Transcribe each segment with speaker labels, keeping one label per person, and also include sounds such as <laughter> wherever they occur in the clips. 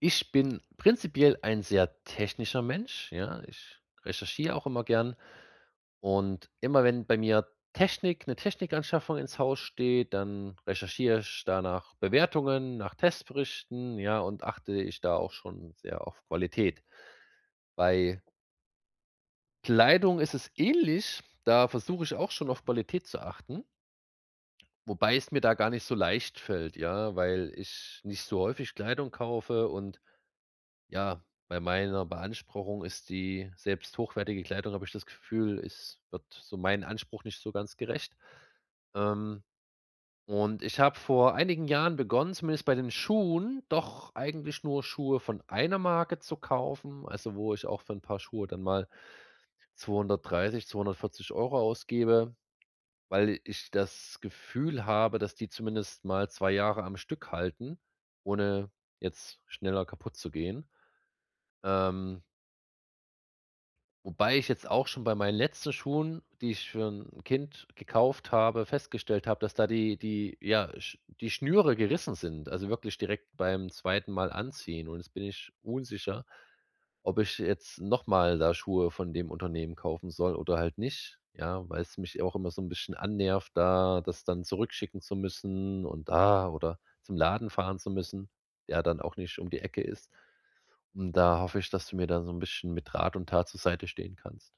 Speaker 1: Ich bin prinzipiell ein sehr technischer Mensch, ja. Ich recherchiere auch immer gern und immer wenn bei mir Technik eine Technikanschaffung ins Haus steht, dann recherchiere ich da nach Bewertungen, nach Testberichten, ja, und achte ich da auch schon sehr auf Qualität. Bei Kleidung ist es ähnlich, da versuche ich auch schon auf Qualität zu achten, wobei es mir da gar nicht so leicht fällt, ja, weil ich nicht so häufig Kleidung kaufe und ja, bei meiner Beanspruchung ist die selbst hochwertige Kleidung habe ich das Gefühl, es wird so meinem Anspruch nicht so ganz gerecht. Ähm, und ich habe vor einigen Jahren begonnen, zumindest bei den Schuhen, doch eigentlich nur Schuhe von einer Marke zu kaufen, also wo ich auch für ein paar Schuhe dann mal 230, 240 € ausgebe, weil ich das Gefühl habe, dass die zumindest mal 2 Jahre am Stück halten, ohne jetzt schneller kaputt zu gehen. Ähm Wobei ich jetzt auch schon bei meinen letzten Schuhen, die ich für 'n Kind gekauft habe, festgestellt habe, dass da die Schnüre gerissen sind, also wirklich direkt beim zweiten Mal anziehen. Und jetzt bin ich unsicher, ob ich jetzt noch mal da Schuhe von dem Unternehmen kaufen soll oder halt nicht, ja, weil's mich auch immer so 'n bisschen annervt, da das dann zurückschicken zu müssen und da oder zum Laden fahren zu müssen, der dann auch nicht um die Ecke ist. Und da hoffe ich, dass du mir da so 'n bisschen mit Rat und Tat zur Seite stehen kannst.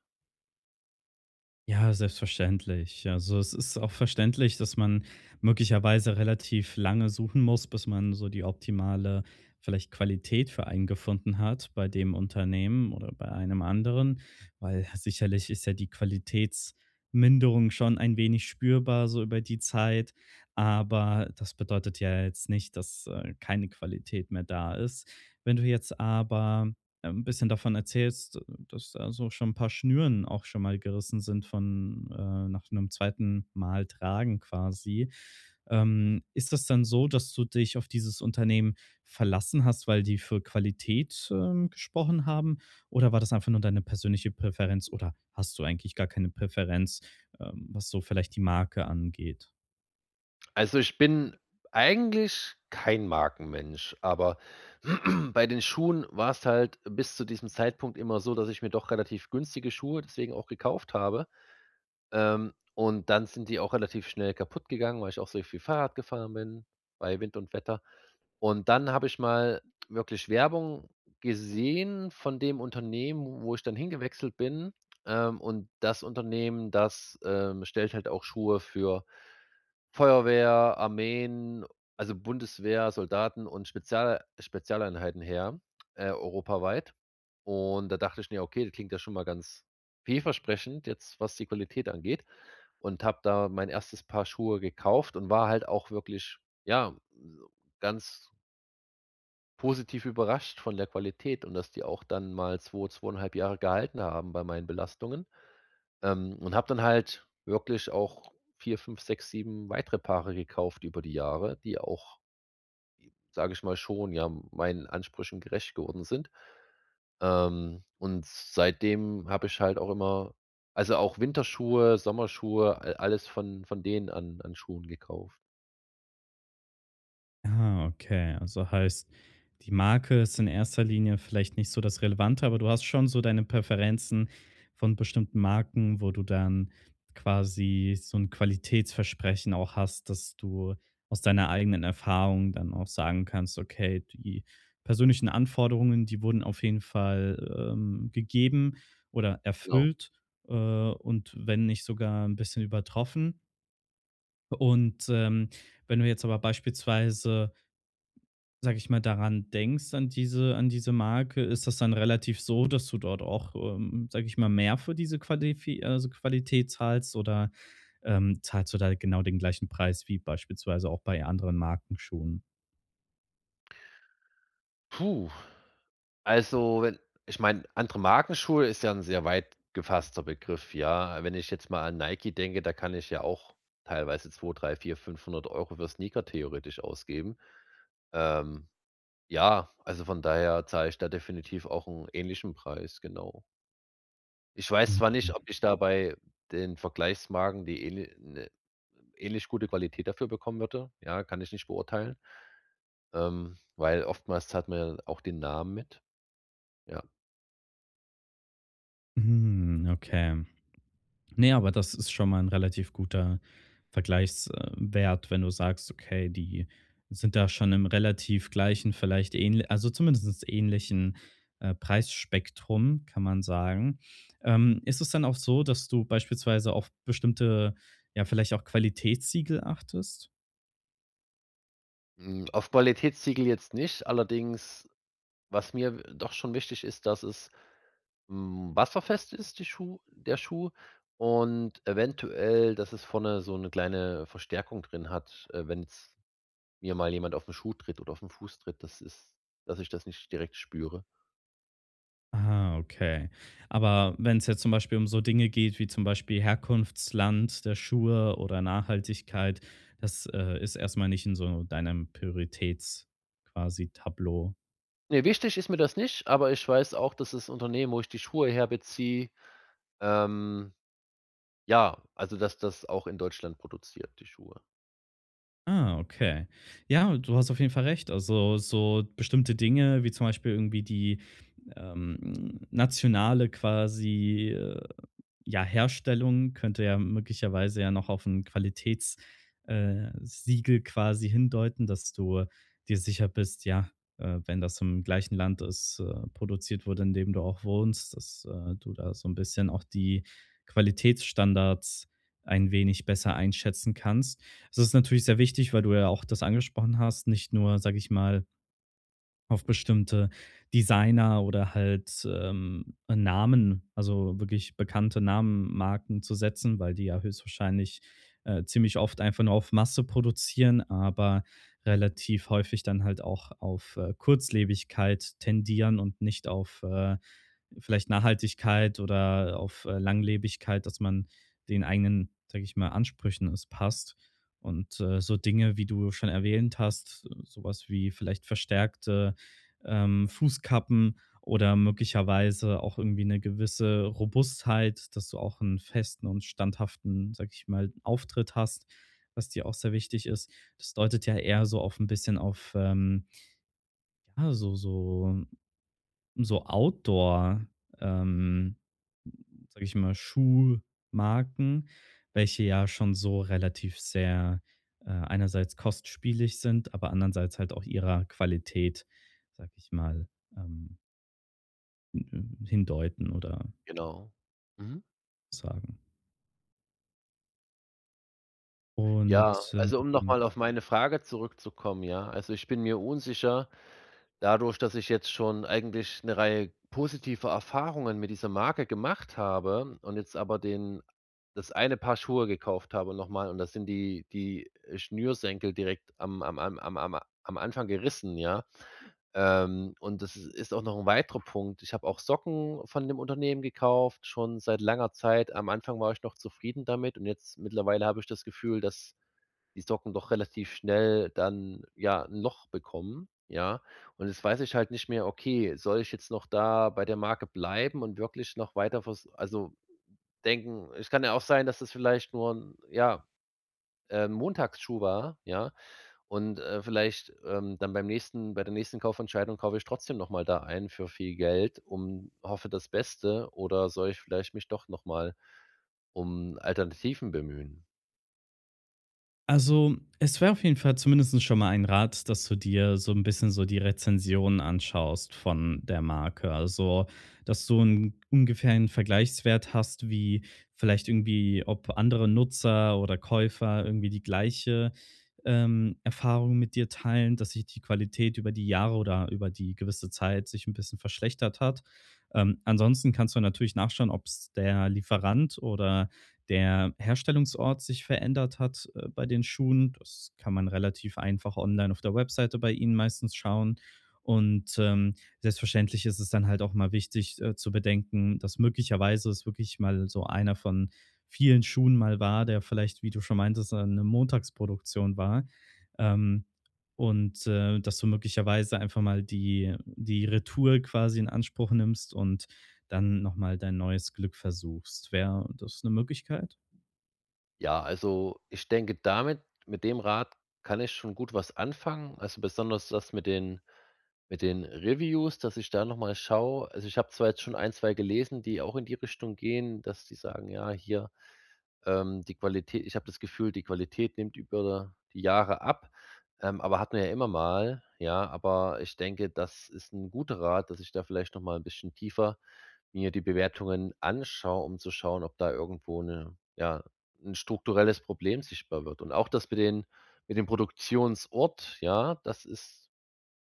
Speaker 2: Ja, selbstverständlich. Also, es ist auch verständlich, dass man möglicherweise relativ lange suchen muss, bis man so die optimale vielleicht Qualität für einen gefunden hat bei dem Unternehmen oder bei einem anderen, weil sicherlich ist ja die Qualitätsminderung schon ein wenig spürbar so über die Zeit, aber das bedeutet ja jetzt nicht, dass keine Qualität mehr da ist. Wenn du jetzt aber ein bisschen davon erzählst, dass da so schon ein paar Schnüren auch schon mal gerissen sind von nach einem zweiten Mal tragen quasi. Ist das dann so, dass du dich auf dieses Unternehmen verlassen hast, weil die für Qualität, gesprochen haben? Oder war das einfach nur deine persönliche Präferenz oder hast du eigentlich gar keine Präferenz, was so vielleicht die Marke angeht?
Speaker 1: Also, ich bin eigentlich kein Markenmensch, aber <clears throat> bei den Schuhen war es halt bis zu diesem Zeitpunkt immer so, dass ich mir doch relativ günstige Schuhe deswegen auch gekauft habe. Und dann sind die auch relativ schnell kaputt gegangen, weil ich auch so viel Fahrrad gefahren bin, bei Wind und Wetter. Und dann habe ich mal wirklich Werbung gesehen von dem Unternehmen, wo ich dann hingewechselt bin. Und das Unternehmen, das, stellt halt auch Schuhe für Feuerwehr, Armeen, also Bundeswehr, Soldaten und Spezialeinheiten her, europaweit. Und da dachte ich mir: „Okay, das klingt ja schon mal ganz vielversprechend jetzt, was die Qualität angeht.“ Und habe da mein erstes Paar Schuhe gekauft und war halt auch wirklich, ja, so ganz positiv überrascht von der Qualität und dass die auch dann mal 2, zweieinhalb Jahre gehalten haben bei meinen Belastungen. Und habe dann halt wirklich auch 4 5 6 7 weitere Paare gekauft über die Jahre, die auch, sage ich mal, schon, ja, meinen Ansprüchen gerecht geworden sind. Und seitdem habe ich halt auch immer also auch Winterschuhe, Sommerschuhe, a alles von denen an Schuhen gekauft.
Speaker 2: Ah, okay. Also heißt, die Marke ist in erster Linie vielleicht nicht so das Relevante, aber du hast schon so deine Präferenzen von bestimmten Marken, wo du dann quasi so ein Qualitätsversprechen auch hast, dass du aus deiner eigenen Erfahrung dann auch sagen kannst: „Okay, die persönlichen Anforderungen, die wurden auf jeden Fall, gegeben oder
Speaker 1: Genau.
Speaker 2: erfüllt, und wenn nicht sogar ein bisschen übertroffen.“ Und, wenn du jetzt aber beispielsweise, sag ich mal, daran denkst, an diese Marke, ist das dann relativ so, dass du dort auch, sage ich mal, mehr für diese Qualifi, also Qualität zahlst oder, zahlst du da genau den gleichen Preis wie beispielsweise auch bei anderen Markenschuhen?
Speaker 1: Puh. Also, wenn ich meine, andere Markenschuhe ist ja ein sehr weit gefasster Begriff, ja. Wenn ich jetzt mal an Nike denke, da kann ich ja auch teilweise 2, 3, 4, 500 Euro für Sneaker theoretisch ausgeben. Ähm, ja, also von daher zahle ich da definitiv auch einen ähnlichen Preis, genau. Ich weiß zwar
Speaker 2: Mhm.
Speaker 1: nicht, ob ich da bei den Vergleichsmarken die ähnli 'ne ähnlich gute Qualität dafür bekommen würde. Ja, kann ich nicht beurteilen, weil oftmals zahlt man ja auch den Namen mit, ja.
Speaker 2: Mhm, okay. Ne, aber das ist schon mal ein relativ guter Vergleichswert, wenn du sagst: „Okay, die sind da schon im relativ gleichen, vielleicht ähnl, also zumindest ähnlichen, Preisspektrum“, kann man sagen. Ist es dann auch so, dass du beispielsweise auf bestimmte, ja, vielleicht auch Qualitätssiegel achtest?
Speaker 1: Hm, auf Qualitätssiegel jetzt nicht, allerdings, was mir w doch schon wichtig ist, dass es, hm, wasserfest ist, die Schuh der Schuh und eventuell, dass es vorne so eine kleine Verstärkung drin hat, wenn jetzt mir mal jemand auf den Schuh tritt oder auf den Fuß tritt, dass ich das nicht direkt spüre.
Speaker 2: Ah, okay. Aber wenn es jetzt zum Beispiel um so Dinge geht wie zum Beispiel Herkunftsland der Schuhe oder Nachhaltigkeit, das, ist erstmal nicht in so deinem Prioritäts, quasi, Tableau.
Speaker 1: Ne, wichtig ist mir das nicht, aber ich weiß auch, dass das Unternehmen, wo ich die Schuhe herbeziehe, ähm, ja, also dass das auch in Deutschland produziert, die Schuhe.
Speaker 2: Ah, okay. Ja, du hast auf jeden Fall recht. Also, so bestimmte Dinge wie zum Beispiel irgendwie die, nationale quasi ja, Herstellung könnte ja möglicherweise ja noch auf ein Qualitäts, Siegel quasi hindeuten, dass du dir sicher bist, ja, wenn das im gleichen Land ist, produziert wurde, in dem du auch wohnst, dass, du da so ein bisschen auch die Qualitätsstandards ein wenig besser einschätzen kannst. Es ist natürlich sehr wichtig, weil du ja auch das angesprochen hast, nicht nur, sage ich mal, auf bestimmte Designer oder halt, Namen, also wirklich bekannte Namen, Marken zu setzen, weil die ja höchstwahrscheinlich, ziemlich oft einfach nur auf Masse produzieren, aber relativ häufig dann halt auch auf, Kurzlebigkeit tendieren und nicht auf, vielleicht Nachhaltigkeit oder auf, Langlebigkeit, dass man den eigenen, sage ich mal, Ansprüchen es passt. Und, so Dinge, wie du schon erwähnt hast, sowas wie vielleicht verstärkte Fußkappen oder möglicherweise auch irgendwie eine gewisse Robustheit, dass du auch einen festen und standhaften, sag ich mal, Auftritt hast, was dir auch sehr wichtig ist. Das deutet ja eher so auf ein bisschen auf, ja, so Outdoor, ähm, sage ich mal, Schuhmarken, welche ja schon so relativ sehr, einerseits kostspielig sind, aber andererseits halt auch ihrer Qualität, sag ich mal, ähm hindeuten oder
Speaker 1: Genau. Mhm.
Speaker 2: sagen. Und,
Speaker 1: Ja, also, um
Speaker 2: ähm
Speaker 1: nochmal auf meine Frage zurückzukommen, ja. Also, ich bin mir unsicher, dadurch, dass ich jetzt schon eigentlich eine Reihe positiver Erfahrungen mit dieser Marke gemacht habe und jetzt aber den das eine Paar Schuhe gekauft habe nochmal und das sind die Schnürsenkel direkt am Anfang gerissen, ja. Und das ist auch noch ein weiterer Punkt. Ich habe auch Socken von dem Unternehmen gekauft, schon seit langer Zeit. Am Anfang war ich noch zufrieden damit und jetzt mittlerweile habe ich das Gefühl, dass die Socken doch relativ schnell dann, ja, 'n Loch bekommen, ja? Und jetzt weiß ich halt nicht mehr: „Okay, soll ich jetzt noch da bei der Marke bleiben und wirklich noch weiter vers“ also, denken es kann ja auch sein, dass es vielleicht nur 'n, ja, Montagsschuh war, ja? Und, vielleicht, dann bei der nächsten Kaufentscheidung kaufe ich trotzdem noch mal da ein für viel Geld um hoffe das Beste oder soll ich vielleicht mich doch noch mal um Alternativen bemühen?
Speaker 2: also, es wäre auf jeden Fall zumindest schon mal ein Rat, dass du dir so ein bisschen so die Rezensionen anschaust von der Marke. Also, dass du 'n ungefähr einen Vergleichswert hast, wie vielleicht irgendwie, ob andere Nutzer oder Käufer irgendwie die gleiche, Erfahrung mit dir teilen, dass sich die Qualität über die Jahre oder über die gewisse Zeit sich ein bisschen verschlechtert hat. Ansonsten kannst du natürlich nachschauen, ob es der Lieferant oder der Herstellungsort sich verändert hat, bei den Schuhen. Das kann man relativ einfach online auf der Webseite bei ihnen meistens schauen. Und, selbstverständlich ist es dann halt auch mal wichtig, zu bedenken, dass möglicherweise es wirklich mal so einer von vielen Schuhen mal war, der vielleicht, wie du schon meintest, eine Montagsproduktion war. Ähm, und, dass du möglicherweise einfach mal die Retour quasi in Anspruch nimmst und dann noch mal dein neues Glück versuchst. Wäre das eine Möglichkeit?
Speaker 1: Ja, also ich denke, damit mit dem Rat kann ich schon gut was anfangen. Also besonders das mit den Reviews, dass ich da noch mal schaue. Also, ich habe zwar jetzt schon ein 2 gelesen, die auch in die Richtung gehen, dass die sagen: „Ja, hier“ die Qualität ich habe das Gefühl, die Qualität nimmt über die Jahre ab, aber hatten wir ja immer mal, ja. Aber ich denke, das ist ein guter Rat, dass ich da vielleicht noch mal 'n bisschen tiefer mir die Bewertungen anschaue, um zu schauen, ob da irgendwo 'ne ja, 'n strukturelles Problem sichtbar wird. Und auch das mit dem Produktionsort, ja, das ist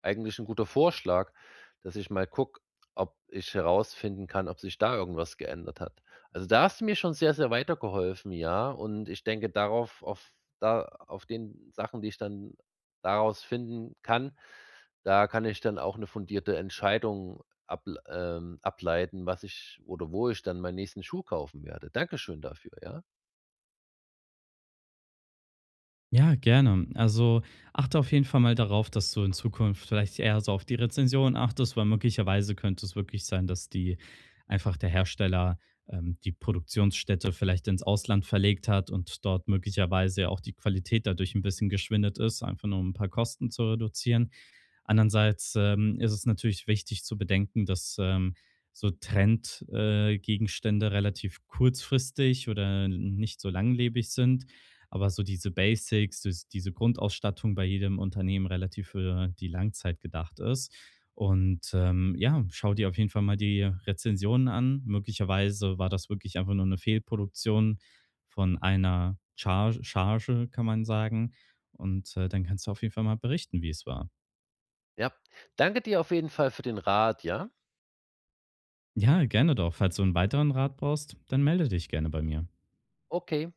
Speaker 1: eigentlich ein guter Vorschlag, dass ich mal gucke, ob ich herausfinden kann, ob sich da irgendwas geändert hat. Also, da hast du mir schon sehr, sehr weitergeholfen, ja, und ich denke, darauf auf da auf den Sachen, die ich dann daraus finden kann, da kann ich dann auch eine fundierte Entscheidung ableiten, was ich oder wo ich dann meinen nächsten Schuh kaufen werde. Dankeschön dafür, ja?
Speaker 2: Ja, gerne. Also, achte auf jeden Fall mal darauf, dass du in Zukunft vielleicht eher so auf die Rezension achtest, weil möglicherweise könnte es wirklich sein, dass die einfach der Hersteller, die Produktionsstätte vielleicht ins Ausland verlegt hat und dort möglicherweise auch die Qualität dadurch ein bisschen geschwindet ist, einfach nur um ein paar Kosten zu reduzieren. Andererseits, ist es natürlich wichtig zu bedenken, dass, so Trendgegenstände Gegenstände relativ kurzfristig oder nicht so langlebig sind, aber so diese Basics, das diese Grundausstattung bei jedem Unternehmen relativ für die Langzeit gedacht ist. Und, ja, schau dir auf jeden Fall mal die Rezensionen an. Möglicherweise war das wirklich einfach nur eine Fehlproduktion von einer Charge, kann man sagen. Und, dann kannst du auf jeden Fall mal berichten, wie es war.
Speaker 1: Ja, danke dir auf jeden Fall für den Rat, ja?
Speaker 2: Ja, gerne doch. Falls du einen weiteren Rat brauchst, dann melde dich gerne bei mir.
Speaker 1: Okay.